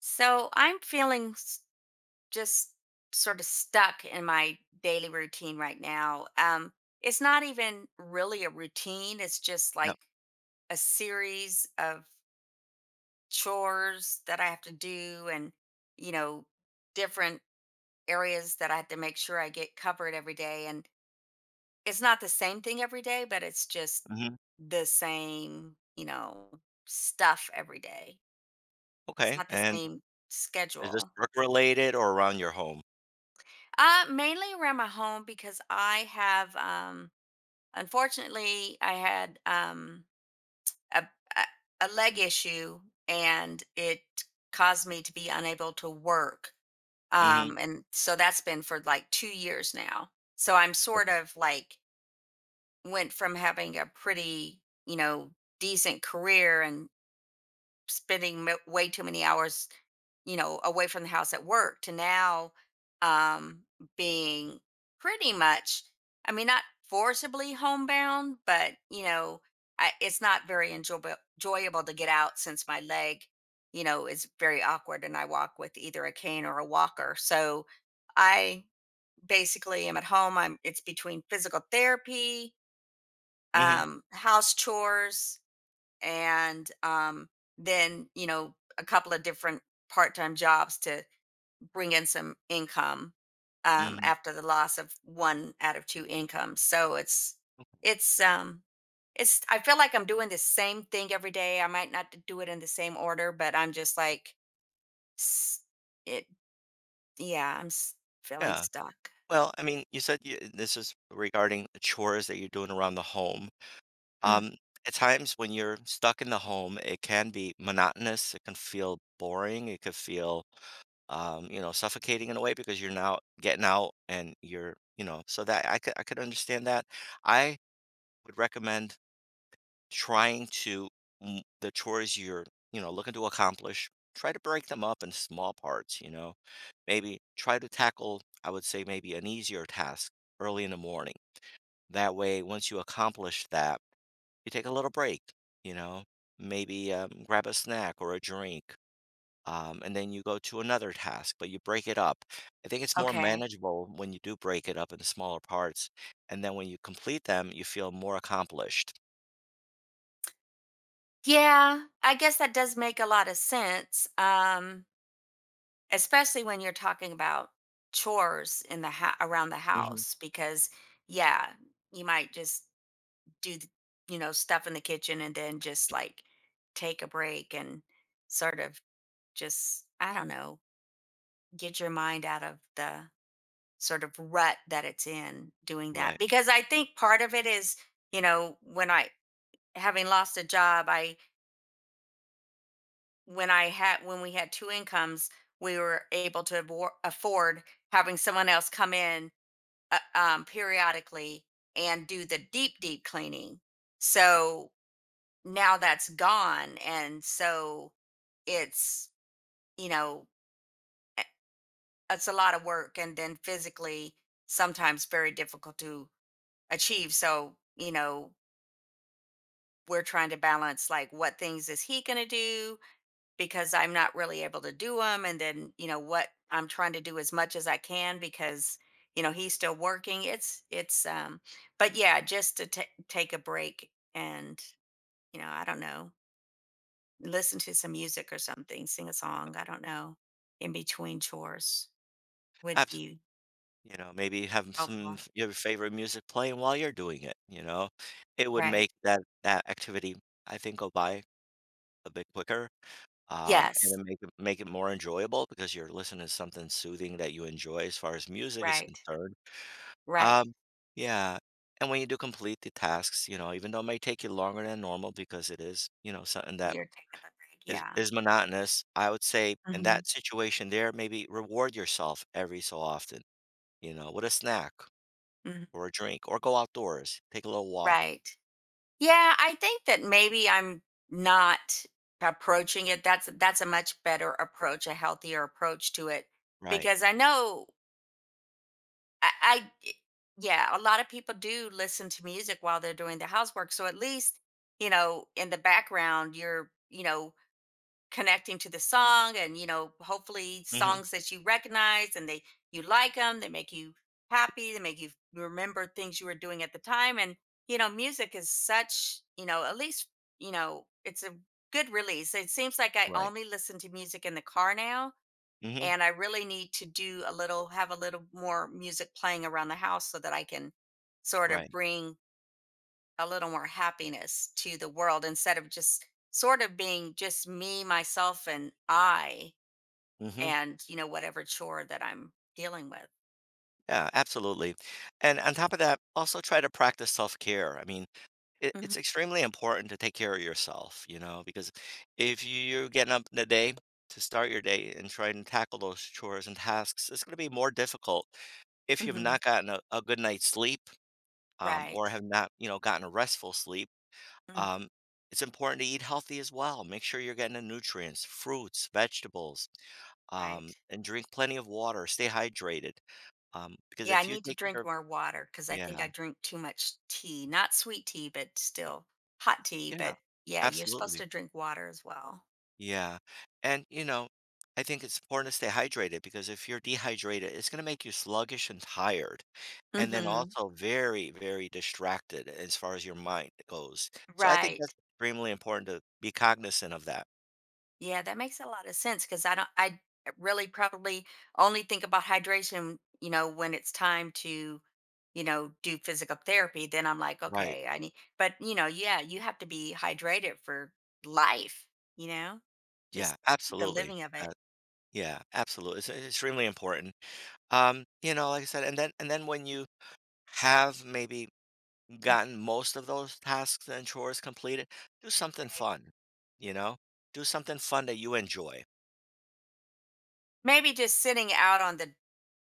So I'm feeling just sort of stuck in my daily routine right now. It's not even really a routine, it's just Yep. like a series of chores that I have to do and, you know, different areas that I have to make sure I get covered every day. And it's not the same thing every day, but it's just Mhm. the same, you know, stuff every day. It's Okay, not the and same is this schedule. work-related or around your home? Mainly around my home because I have, unfortunately, I had a, a a leg issue and it caused me to be unable to work. Mhm. And so that's been for like 2 years now. So I'm sort Okay. of like went from having a pretty, you know, decent career and spending way too many hours, you know, away from the house at work to now um, being pretty much, I mean, not forcibly homebound, but, you know, it's not very enjoyable to get out since my leg, you know, is very awkward and I walk with either a cane or a walker. So I basically am at home. It's between physical therapy, Mhm. House chores, and then you know a couple of different part-time jobs to bring in some income Mhm. after the loss of one out of two incomes. So it's um it's I feel like I'm doing the same thing every day. I might not do it in the same order, but I'm just like s- it yeah, I'm feeling Yeah. stuck. Well, I mean, you said you this is regarding chores that you're doing around the home. Mhm. Um, at times when you're stuck in the home, it can be monotonous, it can feel boring, it could feel, you know, suffocating in a way because you're now getting out and you're you know, so that I could understand that. I would recommend trying to the chores you're you know looking to accomplish, try to break them up in small parts, you know, maybe try to tackle, I would say maybe an easier task early in the morning. That way, once you accomplish that, you take a little break, you know, maybe grab a snack or a drink, and then you go to another task, but you break it up. I think it's more Okay, manageable when you do break it up into smaller parts, and then when you complete them, you feel more accomplished. yeah, I guess that does make a lot of sense. Especially when you're talking about chores in the around the hmm house because yeah, you might just do you know, stuff in the kitchen and then just like take a break and sort of just, I don't know, get your mind out of the sort of rut that it's in doing that right, because I think part of it is, you know, when I having lost a job I when I had, when we had two incomes, we were able to afford having someone else come in periodically and do the deep cleaning. So now that's gone. And so it's, you know, e- it's a lot of work and then physically sometimes very difficult to achieve. So, you know, we're trying to balance like what things is he going to do? Because I'm not really able to do them. And then, you know, what I'm trying to do as much as I can because, you know, he's still working. It's, but yeah, just to ta take a break and, you know, I don't know, listen to some music or something, sing a song. I don't know, in between chores would absolutely. be You know, maybe have some helpful. f your favorite music playing while you're doing it, you know? It would Right. make that activity, I think, go by a bit quicker, and Yes. then make it more enjoyable because you're listening to something soothing that you enjoy as far as music is Right. concerned. Right. Um, yeah, and when you do complete the tasks, you know, even though it may take you longer than normal because it is, you know, something that You're taking a break. is Yeah. is monotonous, I would say in Hmm. that situation there, maybe reward yourself every so often, you know, with a snack, Hmm. or a drink, or go outdoors, take a little walk. Right. Yeah, I think that maybe I'm not approaching it. That's a much better approach, a healthier approach to it, Right. because I know I, I i- yeah, a lot of people do listen to music while they're doing the housework. So at least, you know, in the background, you're, you know, connecting to the song, and you know, hopefully Mhm. songs that you recognize and they you like them, they make you happy, they make you remember things you were doing at the time. And you know, music is such, you know, at least, you know, it's a good release. It seems like I Right. only listen to music in the car now, Mhm. and I really need to do a little have a little more music playing around the house so that I can sort of Right. bring a little more happiness to the world instead of just sort of being just me, myself, and I, Mhm. and you know, whatever chore that I'm dealing with. Yeah, absolutely. And on top of that, also try to practice self-care. I mean, Hmm. it's extremely important to take care of yourself, you know, because if you're getting up in the day to start your day and try to tackle those chores and tasks, it's going to be more difficult if you've not Hmm. gotten a good night's sleep, Right. or have not, you know, gotten a restful sleep. Mm. Um, it's important to eat healthy as well. Make sure you're getting the nutrients, fruits, vegetables, Right. and drink plenty of water. Stay hydrated. Because Yeah, I if you need to take drink care, more water because I think I yeah, drink too much tea. Not sweet tea, but still hot tea. yeah, But yeah, you're supposed absolutely. to drink water as well. Yeah. And, you know, I think it's important to stay hydrated, because if you're dehydrated, it's going to make you sluggish and tired. And then Hmm. also very, very distracted as far as your mind goes. So I think Right. that's extremely important to be cognizant of that. Yeah, that makes a lot of sense because I don't, I really probably only think about hydration, you know, when it's time to, you know, do physical therapy. Then I'm like, Right. okay, I need, but you know, yeah, you have to be hydrated for life, you know, Yeah, just the absolutely. living of it. Uh, Yeah, absolutely. It's extremely important. You know, like I said, and then when you have maybe Mhm. gotten most of those tasks and chores completed, do something Right. fun. You know, do something fun that you enjoy. Maybe just sitting out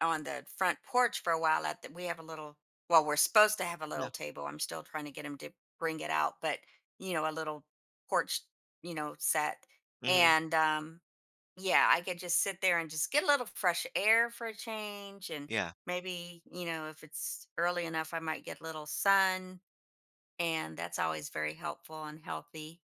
on the front porch for a while at we have a little, well, we're supposed to have a Yeah. little table. I'm still trying to get him to bring it out, but you know, a little porch, you know, set. hmm And yeah, I could just sit there and just get a little fresh air for a change. And Yeah. maybe, you know, if it's early enough, I might get a little sun, and that's always very helpful and healthy.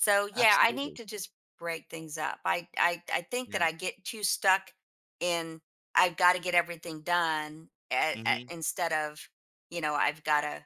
So yeah, I need Absolutely. to just break things up. I think that Yeah. I get too stuck in, I've got to get everything done hmm instead of, you know, I've got to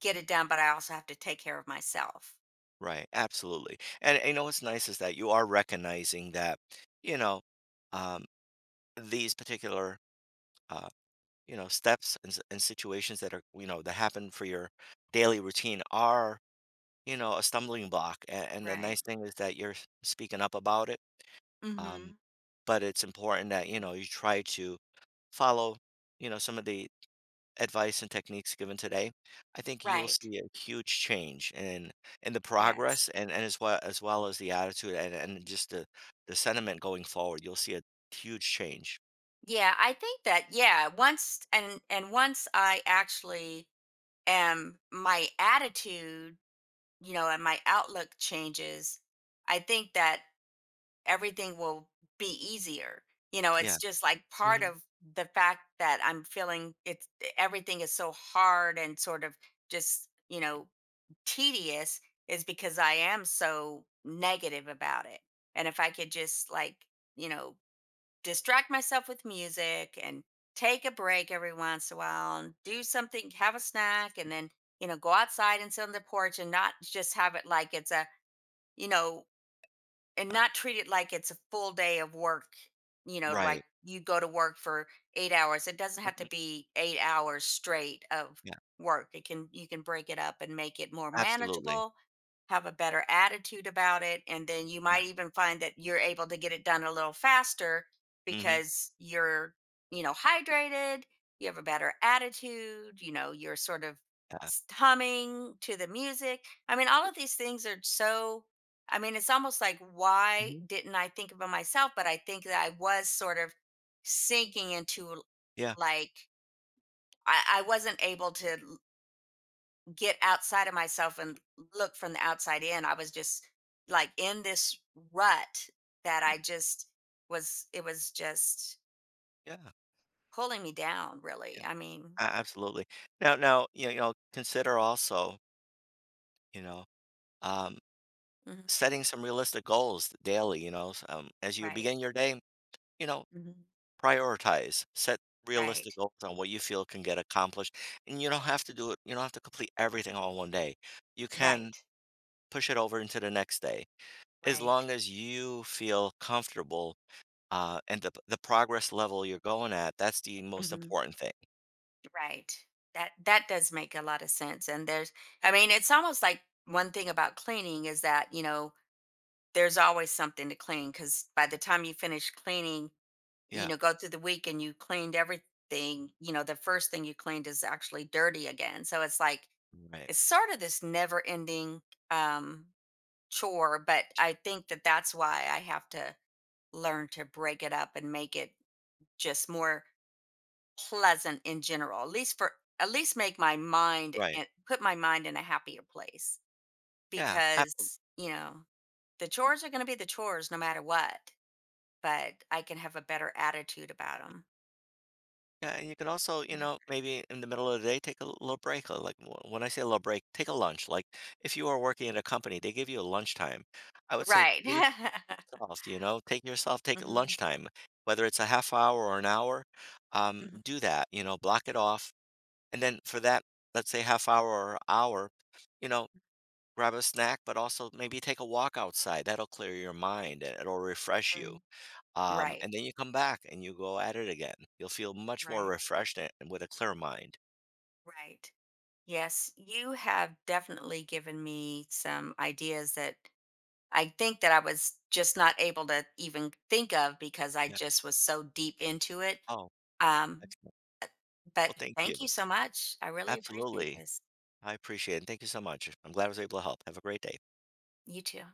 get it done, but I also have to take care of myself. Right. Absolutely. And you know what's nice is that you are recognizing that, you know, um, these particular uh, you know steps and, and situations that are you know that happen for your daily routine are, you know, a stumbling block. And the Right. nice thing is that you're speaking up about it. Um, Mm-hmm. but it's important that, you Yeah. know, you try to follow, you know, some of the advice and techniques given today. I think you'll Right. see a huge change in the Yes. progress and, as well as the attitude, and just the sentiment going forward. You'll see a huge change. Yeah, I think that yeah, once and once I actually am my attitude, you know, and my outlook changes, I think that everything will be easier. You know, Yeah. it's just like part hmm of the fact that I'm feeling everything is so hard and sort of just, you know, tedious, is because I am so negative about it. And if I could just like, you know, distract myself with music and take a break every once in a while and do something, have a snack, and then, you know, go outside and sit on the porch and not just have it like it's a, you know, and not treat it like it's a full day of work. You know, like Right. you go to work for 8 hours, it doesn't have to hmm be 8 hours straight of Yeah. work. It can, you can break it up and make it more Absolutely. manageable, have a better attitude about it, and then you Yeah. might even find that you're able to get it done a little faster hmm because you're, you know, hydrated, you have a better attitude, you know, you're sort of Yeah. Humming to the music. I mean, all of these things are so, I mean, it's almost like, why hmm didn't I think about myself? But I think that I was sort of sinking into, Yeah. like, I wasn't able to get outside of myself and look from the outside in. I was just like in this rut that I just it was just Yeah. pulling me down, Yeah. really. I mean, A absolutely. Now, you know, consider also, you know, um, mhm, setting some realistic goals daily, you know, s as you right, begin your day, you know, Mhm. prioritize, set realistic Right. goals on what you feel can get accomplished, and you don't have to do it, you don't have to complete everything all in one day. You can Right. push it over into the next day, as Right. long as you feel comfortable, and the progress level you're going at, that's the most Hmm. important thing. Right. That that does make a lot of sense. And there's, I mean, it's almost like one thing about cleaning is that, you know, there's always something to clean cuz by the time you finish cleaning, you Yeah, know, go through the week and you cleaned everything, you know, the first thing you cleaned is actually dirty again. So it's like right, it's sort of this never-ending um chore, but I think that that's why I have to learn to break it up and make it just more pleasant in general, at least for, at least make my mind right. and put my mind in a happier place Yeah, ab because, you know, the chores are going to be the chores no matter what, but I can have a better attitude about them. Yeah, and you can also, you know, maybe in the middle of the day, take a little break. Like when I say a little break, take a lunch. Like, if you are working at a company, they give you a lunchtime. I would say Right. do this yourself, you know, take yourself, take a Hmm. lunchtime, whether it's a half hour or an hour, do that, you know, block it off. And then for that, let's say half hour or hour, you know, grab a snack, but also maybe take a walk outside. That'll clear your Right. mind and it'll refresh you, Mm. Right. and then you come back and you go at it again. You'll feel much more Right. refreshed, and with a clear mind. Right. Yes, you have definitely given me some ideas that I think that I was just not able to even think of because I Yeah. just was so deep into it. Oh, Um, excellent. uh, Well, but thank you. thank you so much. I really appreciate Absolutely. this. I appreciate it. And thank you so much. I'm glad I was able to help. Have a great day. You too.